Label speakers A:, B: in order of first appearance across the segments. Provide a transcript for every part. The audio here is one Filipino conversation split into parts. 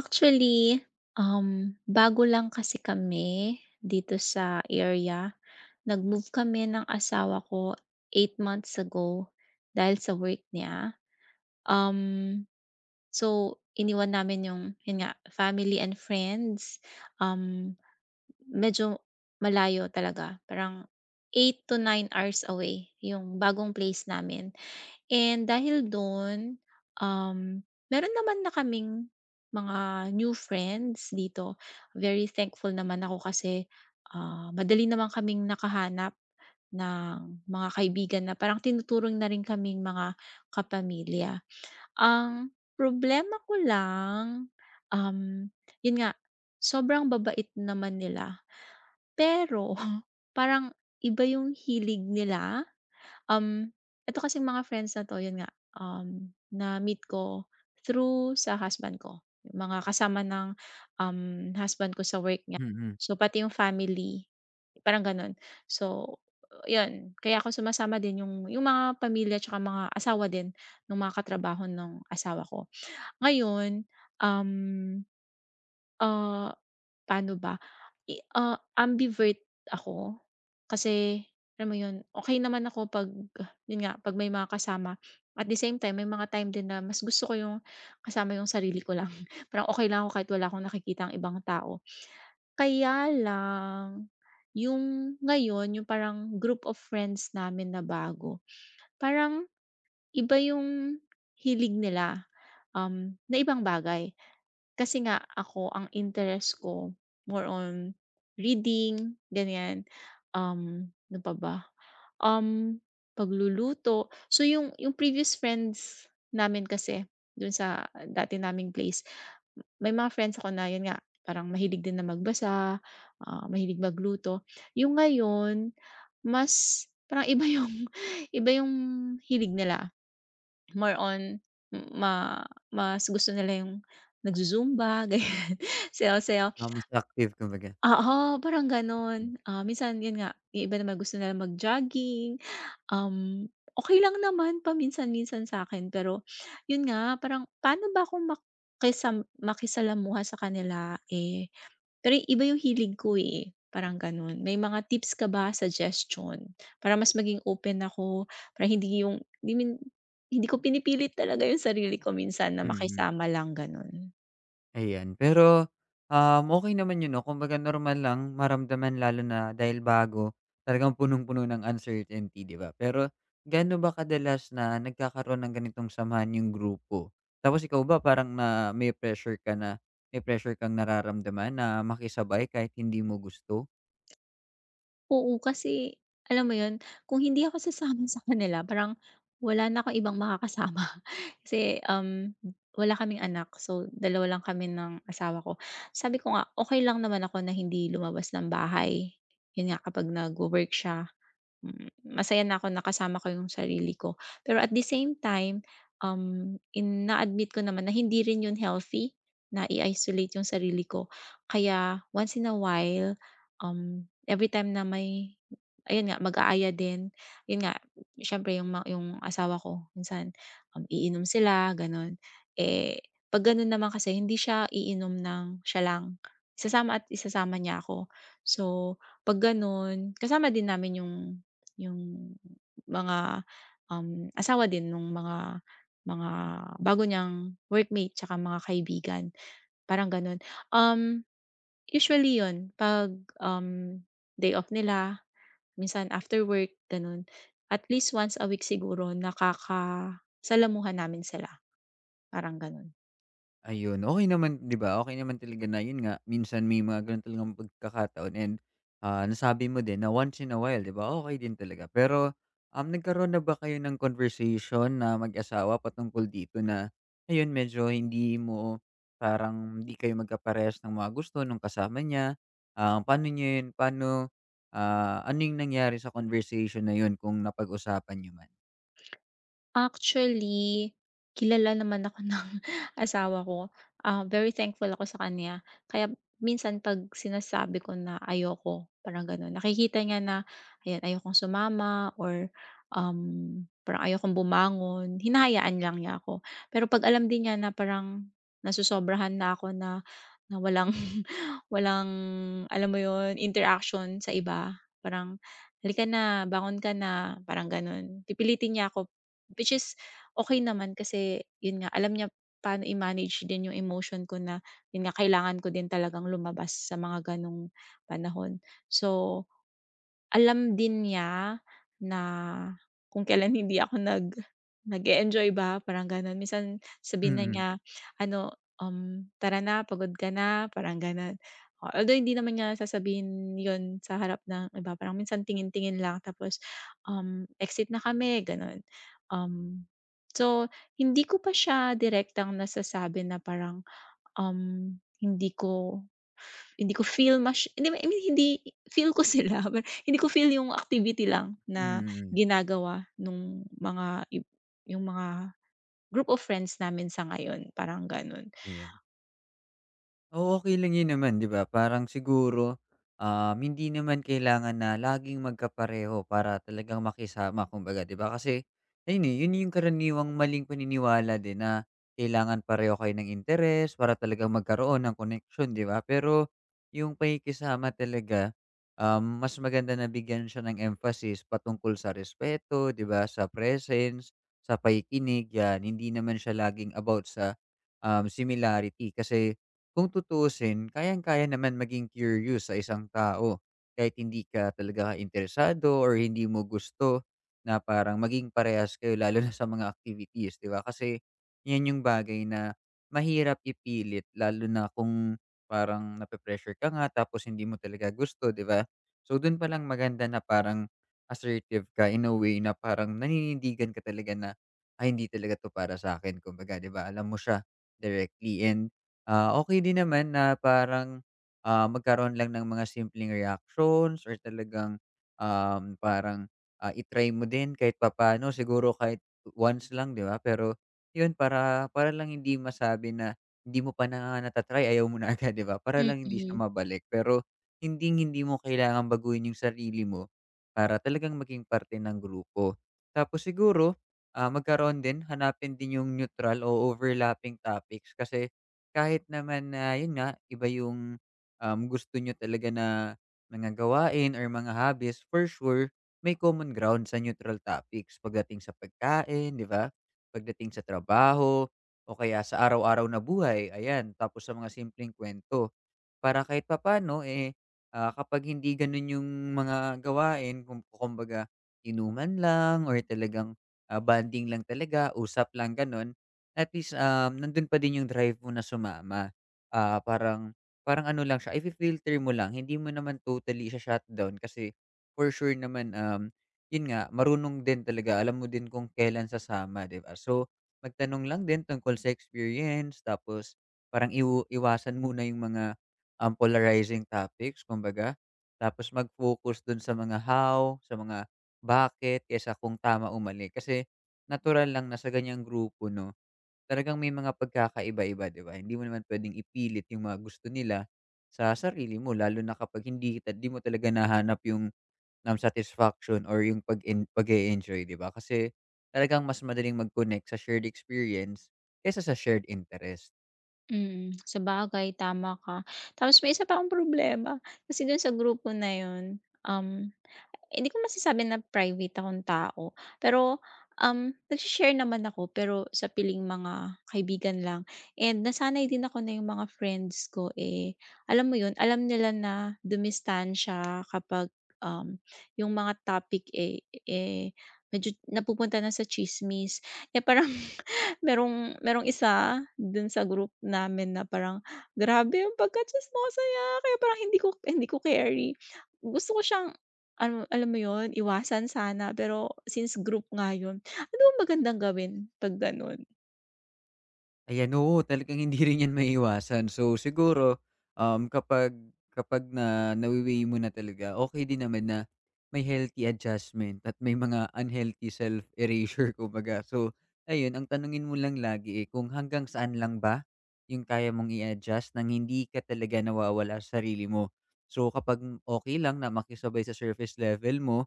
A: Actually, bago lang kasi kami dito sa area. Nag-move kami ng asawa ko 8 months ago dahil sa work niya. Um, so, iniwan namin yung yun nga, family and friends. Um, Medyo malayo talaga. Parang 8 to 9 hours away yung bagong place namin. And dahil dun, um, meron naman na kaming mga new friends dito. Very thankful naman ako kasi, madali naman kaming nakahanap ng mga kaibigan na parang tinuturing na rin kaming mga kapamilya. Ang problema ko lang, um, yun nga, sobrang babait naman nila pero parang iba yung hilig nila. Um, Eto kasing mga friends na 'to, yun nga, na-meet ko through sa husband ko. Yung mga kasama ng, um, husband ko sa work niya.
B: Mm,
A: So, pati yung family, parang gano'n. So, yun, kaya ako sumasama din yung mga pamilya tsaka mga asawa din ng mga katrabaho nung asawa ko. Ngayon, um, ah paano ba? Ambivert ako kasi alam mo 'yun, okey naman ako 'pag 'yun nga, 'pag may mga kasama. At the same time, may mga time din na mas gusto ko yung kasama yung sarili ko lang. Parang okay lang ako kahit wala akong nakikitang ibang tao. Kaya lang yung ngayon, yung parang group of friends namin na bago, parang iba yung hilig nila, na ibang bagay. Kasi nga ako ang interest ko more on reading, ganyan. Ano pa ba? Um, Pagluluto. So yung previous friends namin kasi dun sa dati naming place, may mga friends ako na yun nga, parang mahilig din na magbasa, mahilig magluto. Yung ngayon mas parang iba yung iba yung hilig nila. More on ma mas gusto nila yung nagzu-zumba ganyan, sayaw-sayaw.
B: mas active kumbaga.
A: Oo, parang gano'n. Ah, minsan 'yun nga, yung iba naman gusto nila mag-jogging, um, okay lang naman paminsan-minsan sa akin. Pero 'yun nga parang paano ba ako makisalamuha sa kanila, eh pero iba yung hilig ko, eh, parang gano'n. May mga tips ka ba, suggestion para mas maging open ako, para hindi ko pinipilit talaga yung sarili ko minsan na
B: Mm,
A: makisama lang, gano'n.
B: ayan. Pero, okey naman yun 'no, kumbaga normal lang maramdaman lalo na dahil bago, talagang punong-puno ng uncertainty, 'di ba? Pero gaano ba kadalas na nagkakaroon ng ganitong samahan yung grupo? Tapos ikaw ba parang na may pressure ka na may pressure kang nararamdaman na makisabay kahit hindi mo gusto?
A: Oo, kasi alam mo yun, kung hindi ako sasama sa kanila parang wala na akong ibang makakasama. Kasi, wala kaming anak, so dalawa lang kami ng asawa ko. Sabi ko nga, okay lang naman ako na hindi lumabas ng bahay, yun nga kapag nagwo-work siya. Masaya na ako nakasama ko yung sarili ko. Pero at the same time, um, in na-admit ko naman na hindi rin yun healthy na i-isolate yung sarili ko. Kaya once in a while, every time na may ayun nga, mag-aaya din. Yun nga, siyempre yung, yung asawa ko, minsan iinom sila, ganun. Eh, pag ganun naman kasi, hindi siya iinom ng siya lang. Isasama at isasama niya ako. So, pag ganun, kasama din namin yung mga, asawa din nung mga bago niyang workmate tsaka mga kaibigan, parang gano'n. Um, Usually 'yun 'pag, um, day off nila, minsan after work, gano'n. At least once a week siguro nakakasalamuha namin sila, parang gano'n.
B: Ayun, okey naman 'di ba, okey naman talaga na yun nga minsan may mga gano'n talagang pagkakataon and, nasabi mo din na once in a while 'di ba, okey din talaga. Pero, nagkaroon na ba kayo ng conversation na mag-asawa patungkol dito na ayun medyo hindi mo parang hindi kayo magkaparehas ng mga gusto nung kasama niya? Ah, paano niyo yun paano, ano yung nangyari sa conversation na yun kung napag-usapan niyo man?
A: Actually, kilala naman ako ng asawa ko. Ah, very thankful ako sa kanya. Kaya minsan 'pag sinasabi ko na ayoko, parang gano'n, nakikita niya na, ayan, ayokong sumama or, parang ayokong bumangon, hinahayaan lang niya ako. Pero 'pag alam din niya na parang nasosobrahan na ako na na walang walang alam mo yon interaction sa iba. Parang, "Halika na, bangon ka na," parang gano'n. Pipilitin niya ako, which is okay naman kasi yun nga, alam niya paano i-manage din yung emotion ko na yun nga, kailangan ko din talagang lumabas sa mga gano'ng panahon. So alam din niya na kung kailan hindi ako nag-e-enjoy ba, parang gano'n. Minsan sabihin na
B: Mm.
A: niya ano, "Tara na, pagod ka na," parang gano'n. O although hindi naman niya sasabihin 'yun sa harap ng iba, parang minsan tingin-tingin lang tapos, "Exit na kami," gano'n. Um, so hindi ko pa siya direktang nasasabi na parang Um, hindi ko hindi ko feel mas hindi, I mean, hindi feel ko sila but hindi ko feel yung activity lang na
B: Mm,
A: ginagawa nung mga ib yung mga group of friends namin sa ngayon, parang gano'n.
B: ayan. Oo, okay lang 'yun naman, 'di ba? Parang siguro, hindi naman kailangan na laging magkapareho para talagang makisama kumbaga, 'di ba? Kasi ayun, eh, 'yun yung karaniwang maling paniniwala din na kailangan pareho kayo ng interes para talagang magkaroon ng connection, 'di ba? Pero yung pakikisama talaga, mas maganda na bigyan siya ng emphasis patungkol sa respeto, 'di ba, sa presence, sa pakikinig, 'yan. Hindi naman siya laging about sa, similarity kasi kung tutuusin, kayang-kaya naman maging curious sa isang tao kahit hindi ka talaga interesado or hindi mo gusto na parang maging parehas kayo lalo na sa mga activities, 'di ba? Kasi 'yan yung bagay na mahirap ipilit lalo na kung parang nape-pressure ka nga tapos hindi mo talaga gusto, 'di ba? So dun palang maganda na parang assertive ka in a way na parang naninindigan ka talaga na, "Ay hindi talaga 'to para sa sa'kin." Kumbaga, 'di ba, alam mo siya directly. And okey din naman na parang, magkaroon lang ng mga simpleng reactions or talagang, parang, ah, i mo din kahit papaano siguro kahit once lang, 'di ba? Pero 'yun para para lang hindi masabi na hindi mo pa na nata ayaw mo na agad, 'di ba? Para lang hindi siya
A: Mm,
B: mabalik. Pero hindi hindi mo kailangan baguhin 'yung sarili mo para talagang maging parte ng grupo. Tapos siguro, magkaroon din hanapin din 'yung neutral o overlapping topics kasi kahit naman na yun nga, iba yung, gusto niyo talaga na mga gawain or mga hobbies, for sure may common ground sa neutral topics pagdating sa pagkain, 'di ba? Pagdating sa trabaho o kaya sa araw-araw na buhay, ayan. Tapos sa mga simpleng kwento para kahit papaano, eh, kapag hindi gano'n yung mga gawain kung kumbaga inuman lang or talagang, bonding lang talaga, usap lang gano'n, at least, nandun pa din yung drive mo na sumama. Ah, parang parang ano lang siya, ifi-filter mo lang, hindi mo naman totally i shutdown kasi for sure naman, yun nga, marunong din talaga, alam mo din kung kailan sasama, 'di ba? So, magtanong lang din tungkol sa experience tapos parang iwu iwasan muna yung mga polarizing topics kumbaga. Tapos mag-focus dun sa mga how, sa mga bakit, kaysa kung tama o mali. Kasi natural lang na sa ganyang grupo 'no, talagang may mga pagkakaiba-iba, 'di ba? Hindi mo naman puwedeng ipilit yung mga gusto nila sa sarili mo lalo na kapag hindi kita 'di mo talaga nahanap yung, satisfaction or yung pag pag pag-e-enjoy, 'di ba? Kasi talagang mas madaling mag-connect sa shared experience kaysa sa shared interest.
A: mm. Sabagay, tama ka. Tapos may isa pa akong problema kasi dun sa grupo na yun. um Hindi ko masasabi na private akong tao, pero, nagse naman ako pero sa piling mga kaibigan lang and nasanay din ako na yung mga friends ko, eh, alam mo yun, alam nila na dumistansya kapag, um, yung mga topic, eh, medyo napupunta na sa tsismis. Kaya parang merong merong isa dun sa group namin na parang, "Grabe ang pagka-tsismosa niya," kaya parang hindi ko carry. Gusto ko siyang ano, alam mo yun, iwasan sana pero since group nga yun, ano bang magandang gawin 'pag gano'n?
B: Ayan, oo, talagang hindi rin 'yan maiiwasan. So, siguro, kapag kapag na nawi mo na talaga, okay din naman na may healthy adjustment at may mga unhealthy self-erasure kumbaga. So, ayun, ang tanungin mo lang lagi, eh, kung hanggang saan lang ba yung kaya mong i-adjust nang hindi ka talaga nawawala sa sarili mo. So, kapag okay lang na makisabay sa surface level mo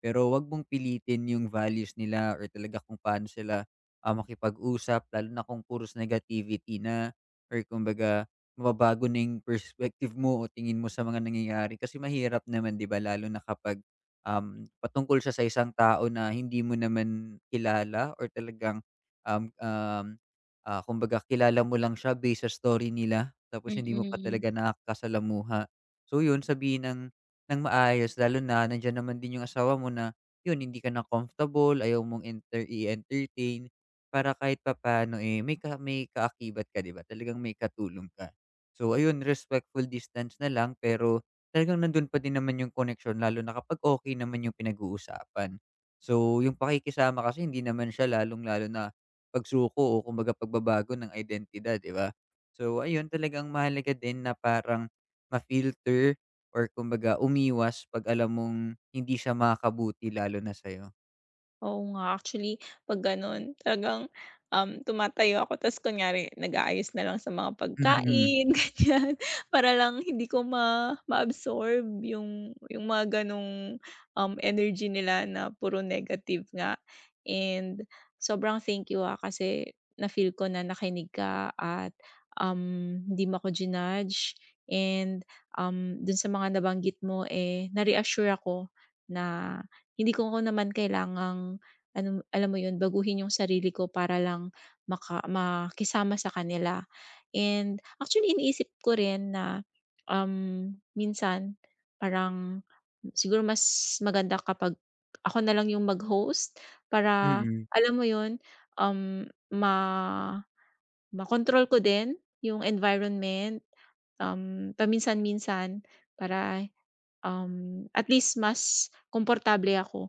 B: pero wag mong pilitin yung values nila or talaga kung paano sila, makipag-usap lalo na kung puros negativity na or kumbaga mababago na yung perspective mo o tingin mo sa mga nangyayari. Kasi mahirap naman 'di ba lalo na kapag, patungkol siya sa isang tao na hindi mo naman kilala or talagang, um, um, kumbaga kilala mo lang siya based sa story nila tapos hindi mo pa
A: Mm.
B: talaga nakakasalamuha. So yun, sabihin ng nang maayos lalo na nandiyan naman din yung asawa mo na, yun hindi ka na comfortable, ayaw mong enter i-entertain para kahit papaano, eh, may ka may kaakibat ka 'di ba, talagang may katulong ka. So ayun, respectful distance na lang pero talagang nandun pa din naman yung connection, lalo na kapag okay naman yung pinag-uusapan. So yung pakikisama kasi hindi naman siya lalong-lalo na pagsuko o kumbaga pagbabago ng identidad, 'di ba? So ayun, talagang mahalaga din na parang ma-filter or kumbaga umiwas 'pag alam mong hindi siya makakabuti lalo na sa'yo.
A: Oo nga, actually 'pag gano'n talagang, tumatayo ako ta's kunyari nag-aayos na lang sa mga
B: Mm.
A: pagkain ganiyan, para lang hindi ko ma-absorb yung mga gano'ng, energy nila na puro negative nga. And sobrang thank you, kasi na-feel ko na nakinig ka at, hindi mo ako jinudge and, dun sa mga nabanggit mo, eh, na-reassure ako na hindi ko ko naman kailangang ano, alam mo yun, baguhin yung sarili ko para lang makisama sa kanila. And actually iniisip ko rin na, minsan parang siguro mas maganda kapag ako na lang yung mag-host para
B: Mm.
A: alam mo yun, um, ma control ko din yung environment, paminsan-minsan para at least mas komportable ako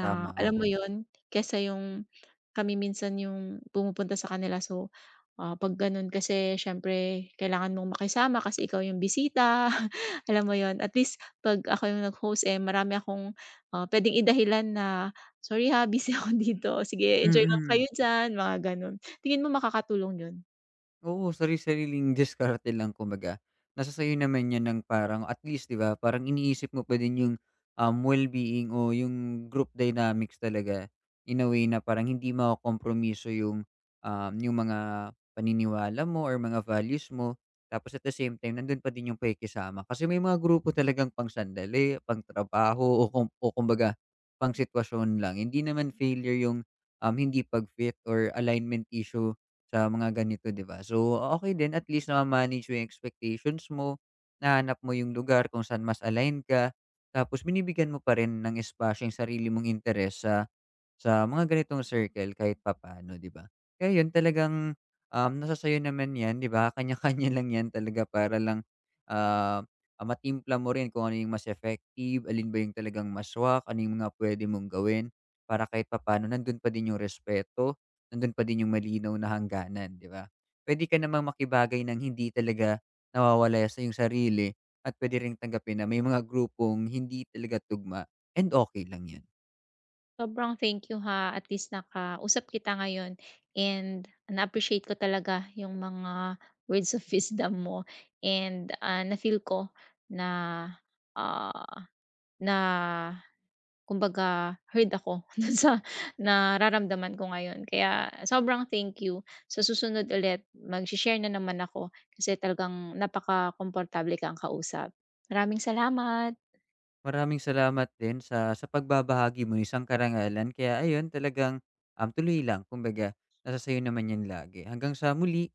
B: Tama,
A: alam mo
B: oo.
A: yun, kaysa yung kami minsan yung pumupunta sa kanila. So, 'pag gano'n kasi siyempre kailangan mong makisama kasi ikaw yung bisita, alam mo yon. At least 'pag ako yung nag-host, eh, marami akong, puwedeng idahilan na, "Sorry ha, busy ako dito. Sige enjoy lang kayo
B: Mm.
A: diyan." Mga gano'n. Tingin mo makakatulong yun?
B: Oo, sari-sariling diskarte lang kumbaga. Nasa sa'yo naman 'yan ng parang at least 'di ba, parang iniisip mo pa din yung, well-being o yung group dynamics talaga in a way na parang hindi makokompromiso yung, yung mga paniniwala mo or mga values mo. Tapos at the same time, nandun pa din yung pakikisama. Kasi may mga grupo talagang pang-sandali, pang-trabaho o kum o kumbaga pang-sitwasyon lang. Hindi naman failure yung, hindi pag-fit or alignment issue sa mga ganito, 'di ba? So, okay din at least nama-manage mo yung expectations mo, nahanap mo yung lugar kung saan mas align ka, tapos binibigyan mo pa rin ng espasyo yung sarili mong interes sa mga ganitong circle kahit papaano, 'di ba? Kaya yun talagang, nasa sa'yo naman 'yan, 'di ba? Kanya-kanya lang 'yan talaga para lang, ah, matimpla mo rin kung ano yung mas effective, alin ba yung talagang mas swak, ano yung mga pwede mong gawin para kahit papaano nandun pa din yung respeto nandun pa din yung malinaw na hangganan, 'di ba? Puwede ka namang makibagay ng hindi talaga nawawala sa iyong sarili at puwede ring tanggapin na may mga grupong hindi talaga tugma and okay lang 'yan.
A: Sobrang thank you ha, at least nakausap kita ngayon and na-appreciate ko talaga yung mga words of wisdom mo and, na-feel ko na, ah, na kumbaga heard ako dun sa nararamdaman ko ngayon. Kaya sobrang thank you. Sa susunod ulit magse-share na naman ako kasi talagang napakakomportable kang kausap. Maraming salamat.
B: Maraming salamat din sa pagbabahagi mo ng isang karangalan kaya ayun talagang, tuloy lang kumbaga nasa sa'yo naman 'yan lagi. Hanggang sa muli.